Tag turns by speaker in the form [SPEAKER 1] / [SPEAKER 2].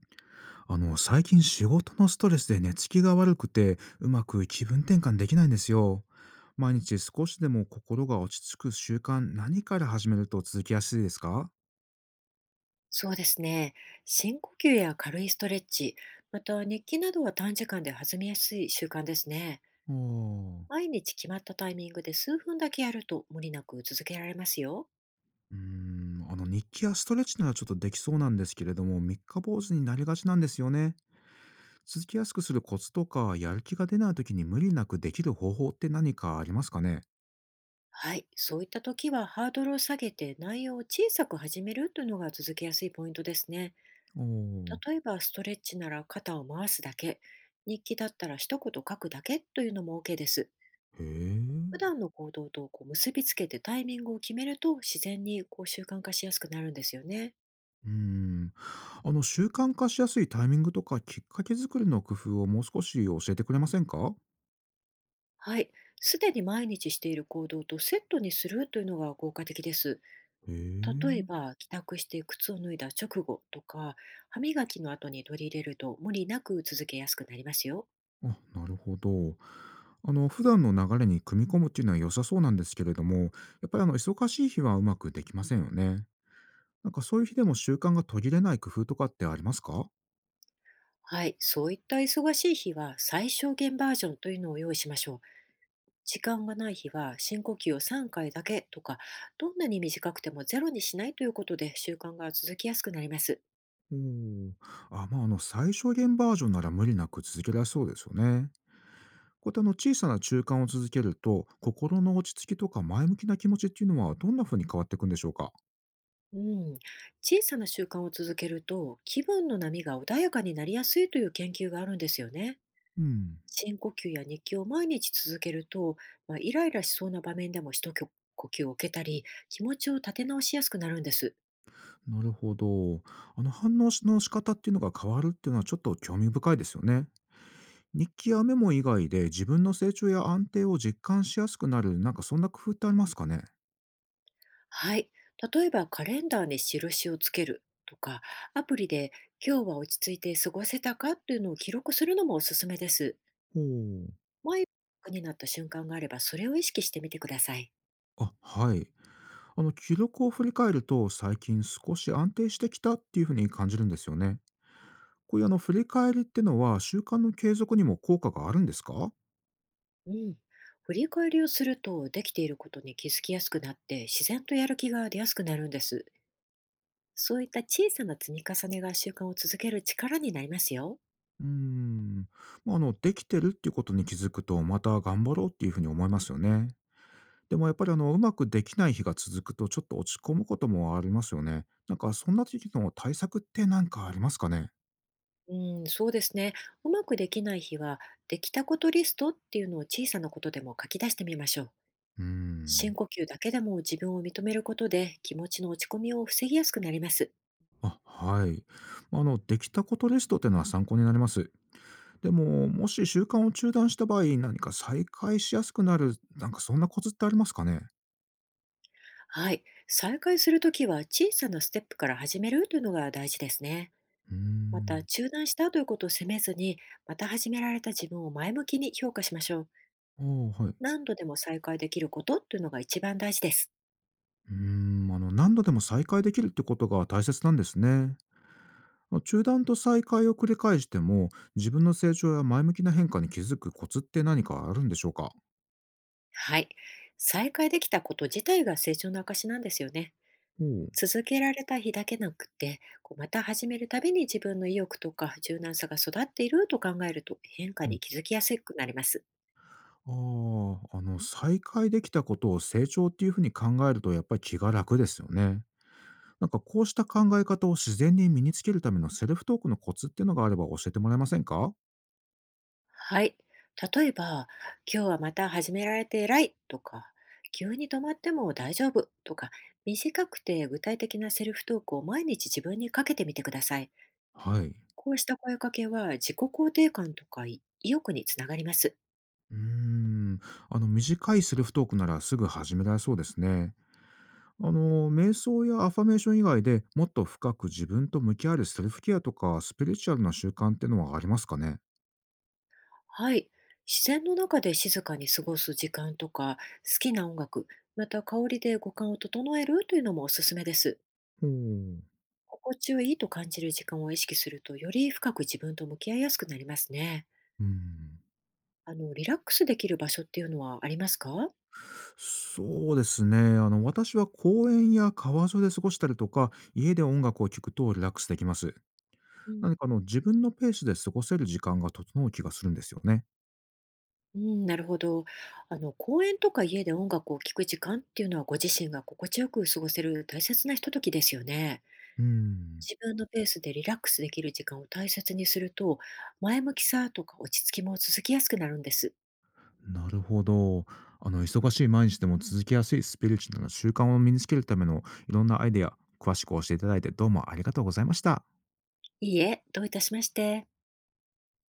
[SPEAKER 1] 最近仕事のストレスで寝つきが悪くて、うまく気分転換できないんですよ。毎日少しでも心が落ち着く習慣、何から始めると続きやすいですか？
[SPEAKER 2] そうですね。深呼吸や軽いストレッチ、また日記などは短時間で弾みやすい習慣ですね。
[SPEAKER 1] お
[SPEAKER 2] 毎日決まったタイミングで数分だけやると無理なく続けられますよ。
[SPEAKER 1] ー。うーん、日記やストレッチならちょっとできそうなんですけれども、三日坊主になりがちなんですよね。続きやすくするコツとか、やる気が出ない時に無理なくできる方法って何かありますかね？
[SPEAKER 2] はい。そういった時はハードルを下げて内容を小さく始めるというのが続けやすいポイントですね。
[SPEAKER 1] おーへ
[SPEAKER 2] 例えばストレッチなら肩を回すだけ、日記だったら一言書くだけというのも OK です。普
[SPEAKER 1] え。
[SPEAKER 2] 段の行動とこう結びつけてタイミングを決めると自然にこう習慣化しやすくなるんですよね。
[SPEAKER 1] うーん。習慣化しやすいタイミングとか、きっかけ作りの工夫をもう少し教えてくれませんか？
[SPEAKER 2] はい。すでに毎日している行動とセットにするというのが効果的です。
[SPEAKER 1] へ
[SPEAKER 2] 例え
[SPEAKER 1] え。
[SPEAKER 2] ば、帰宅して靴を脱いだ直後とか、歯磨きの後に取り入れると無理なく続けやすくなりますよ。
[SPEAKER 1] あ、なるほど。普段の流れに組み込むっていうのは良さそうなんですけれども、やっぱり忙しい日はうまくできませんよね。なんかそういう日でも習慣が途切れない工夫とかってありますか？
[SPEAKER 2] はい。そういった忙しい日は最小限バージョンというのを用意しましょう。時間がない日は深呼吸を3回だけとか、どんなに短くてもゼロにしないということで習慣が続きやすくなります。
[SPEAKER 1] おー。あ、まあ、最小限バージョンなら無理なく続けられそうですよね。こういった小さな習慣を続けると、心の落ち着きとか前向きな気持ちっていうのはどんな風に変わっていくんでしょうか？
[SPEAKER 2] うん、小さな習慣を続けると気分の波が穏やかになりやすいという研究があるんですよね。
[SPEAKER 1] うん、
[SPEAKER 2] 深呼吸や日記を毎日続けると、まあ、イライラしそうな場面でも一呼吸を受けたり気持ちを立て直しやすくなるんです。
[SPEAKER 1] なるほど。反応しの仕方っていうのが変わるっていうのはちょっと興味深いですよね。日記やメモ以外で自分の成長や安定を実感しやすくなる、なんかそんな工夫ってありますかね？
[SPEAKER 2] はい。例えばカレンダーに印をつけるとか、アプリで今日は落ち着いて過ごせたかというのを記録するのもおすすめです。
[SPEAKER 1] ほう。
[SPEAKER 2] 前になった瞬間があればそれを意識してみてください。
[SPEAKER 1] あ、はい。記録を振り返ると、最近少し安定してきたっていう風に感じるんですよね。こういう振り返りってのは習慣の継続にも効果があるんですか？
[SPEAKER 2] うん、振り返りをするとできていることに気づきやすくなって、自然とやる気が出やすくなるんです。そういった小さな積み重ねが習慣を続ける力になりますよ。
[SPEAKER 1] うーん。まあ、できてるっていうことに気づくと、また頑張ろうっていうふうに思いますよね。でもやっぱり、うまくできない日が続くと、ちょっと落ち込むこともありますよね。なんかそんな時の対策ってなんかありますかね？
[SPEAKER 2] うん、そうですね。うまくできない日は、できたことリストっていうのを小さなことでも書き出してみましょう。
[SPEAKER 1] うー
[SPEAKER 2] 深
[SPEAKER 1] ん。
[SPEAKER 2] 呼吸だけでも自分を認めることで気持ちの落ち込みを防ぎやすくなります。
[SPEAKER 1] あ、はい。まあできたことリストっていうのは参考になります。でも、もし習慣を中断した場合、何か再開しやすくなる、なんかそんなコツってありますかね？
[SPEAKER 2] はい。再開するときは小さなステップから始めるというのが大事ですね。
[SPEAKER 1] うー
[SPEAKER 2] また、
[SPEAKER 1] ん。
[SPEAKER 2] 中断したということを責めずに、また始められた自分を前向きに評価しましょう。
[SPEAKER 1] ああ、はい。
[SPEAKER 2] 何度でも再開できることというのが一番大事です。
[SPEAKER 1] うーん、ま何度でも再開できるってことが大切なんですね。中断と再開を繰り返しても、自分の成長や前向きな変化に気づくコツって何かあるんでしょうか？
[SPEAKER 2] はい。再開できたこと自体が成長の証なんですよね。
[SPEAKER 1] ほう。
[SPEAKER 2] 続けられた日だけなくて、こうまた始めるたびに自分の意欲とか柔軟さが育っていると考えると変化
[SPEAKER 1] うん。
[SPEAKER 2] に気づきやすくなります。
[SPEAKER 1] ああ、再開できたことを成長っていうふうに考えるとやっぱり気が楽ですよね。なんかこうした考え方を自然に身につけるためのセルフトークのコツっていうのがあれば教えてもらえませんか？
[SPEAKER 2] はい。例えば、今日はまた始められて偉いとか、急に止まっても大丈夫とか、短くて具体的なセルフトークを毎日自分にかけてみてください。
[SPEAKER 1] はい。
[SPEAKER 2] こうした声かけは自己肯定感とかい意欲につながります。
[SPEAKER 1] うーん、短いセルフトークならすぐ始められそうですね。瞑想やアファメーション以外でもっと深く自分と向き合えるセルフケアとかスピリチュアルな習慣ってのはありますかね？
[SPEAKER 2] はい。自然の中で静かに過ごす時間とか、好きな音楽、また香りで五感を整えるというのもおすすめです。
[SPEAKER 1] ほう。
[SPEAKER 2] 心地よいと感じる時間を意識すると、より深く自分と向き合いやすくなりますね。
[SPEAKER 1] うん。
[SPEAKER 2] あの、リラックスできる場所っていうのはありますか？
[SPEAKER 1] そうですね。私は公園や川沿いで過ごしたりとか、家で音楽を聴くとリラックスできます。
[SPEAKER 2] うん。
[SPEAKER 1] 何か自分のペースで過ごせる時間が整う気がするんですよね。
[SPEAKER 2] うん、なるほど。あの、公園とか家で音楽を聴く時間っていうのは、ご自身が心地よく過ごせる大切なひとときですよね。
[SPEAKER 1] うん。
[SPEAKER 2] 自分のペースでリラックスできる時間を大切にすると、前向きさとか落ち着きも続きやすくなるんです。
[SPEAKER 1] なるほど。忙しい毎日でも続けやすいスピリチュアルな習慣を身につけるためのいろんなアイデア、詳しく教えていただいてどうもありがとうございました。
[SPEAKER 2] いいえ、どういたしまして。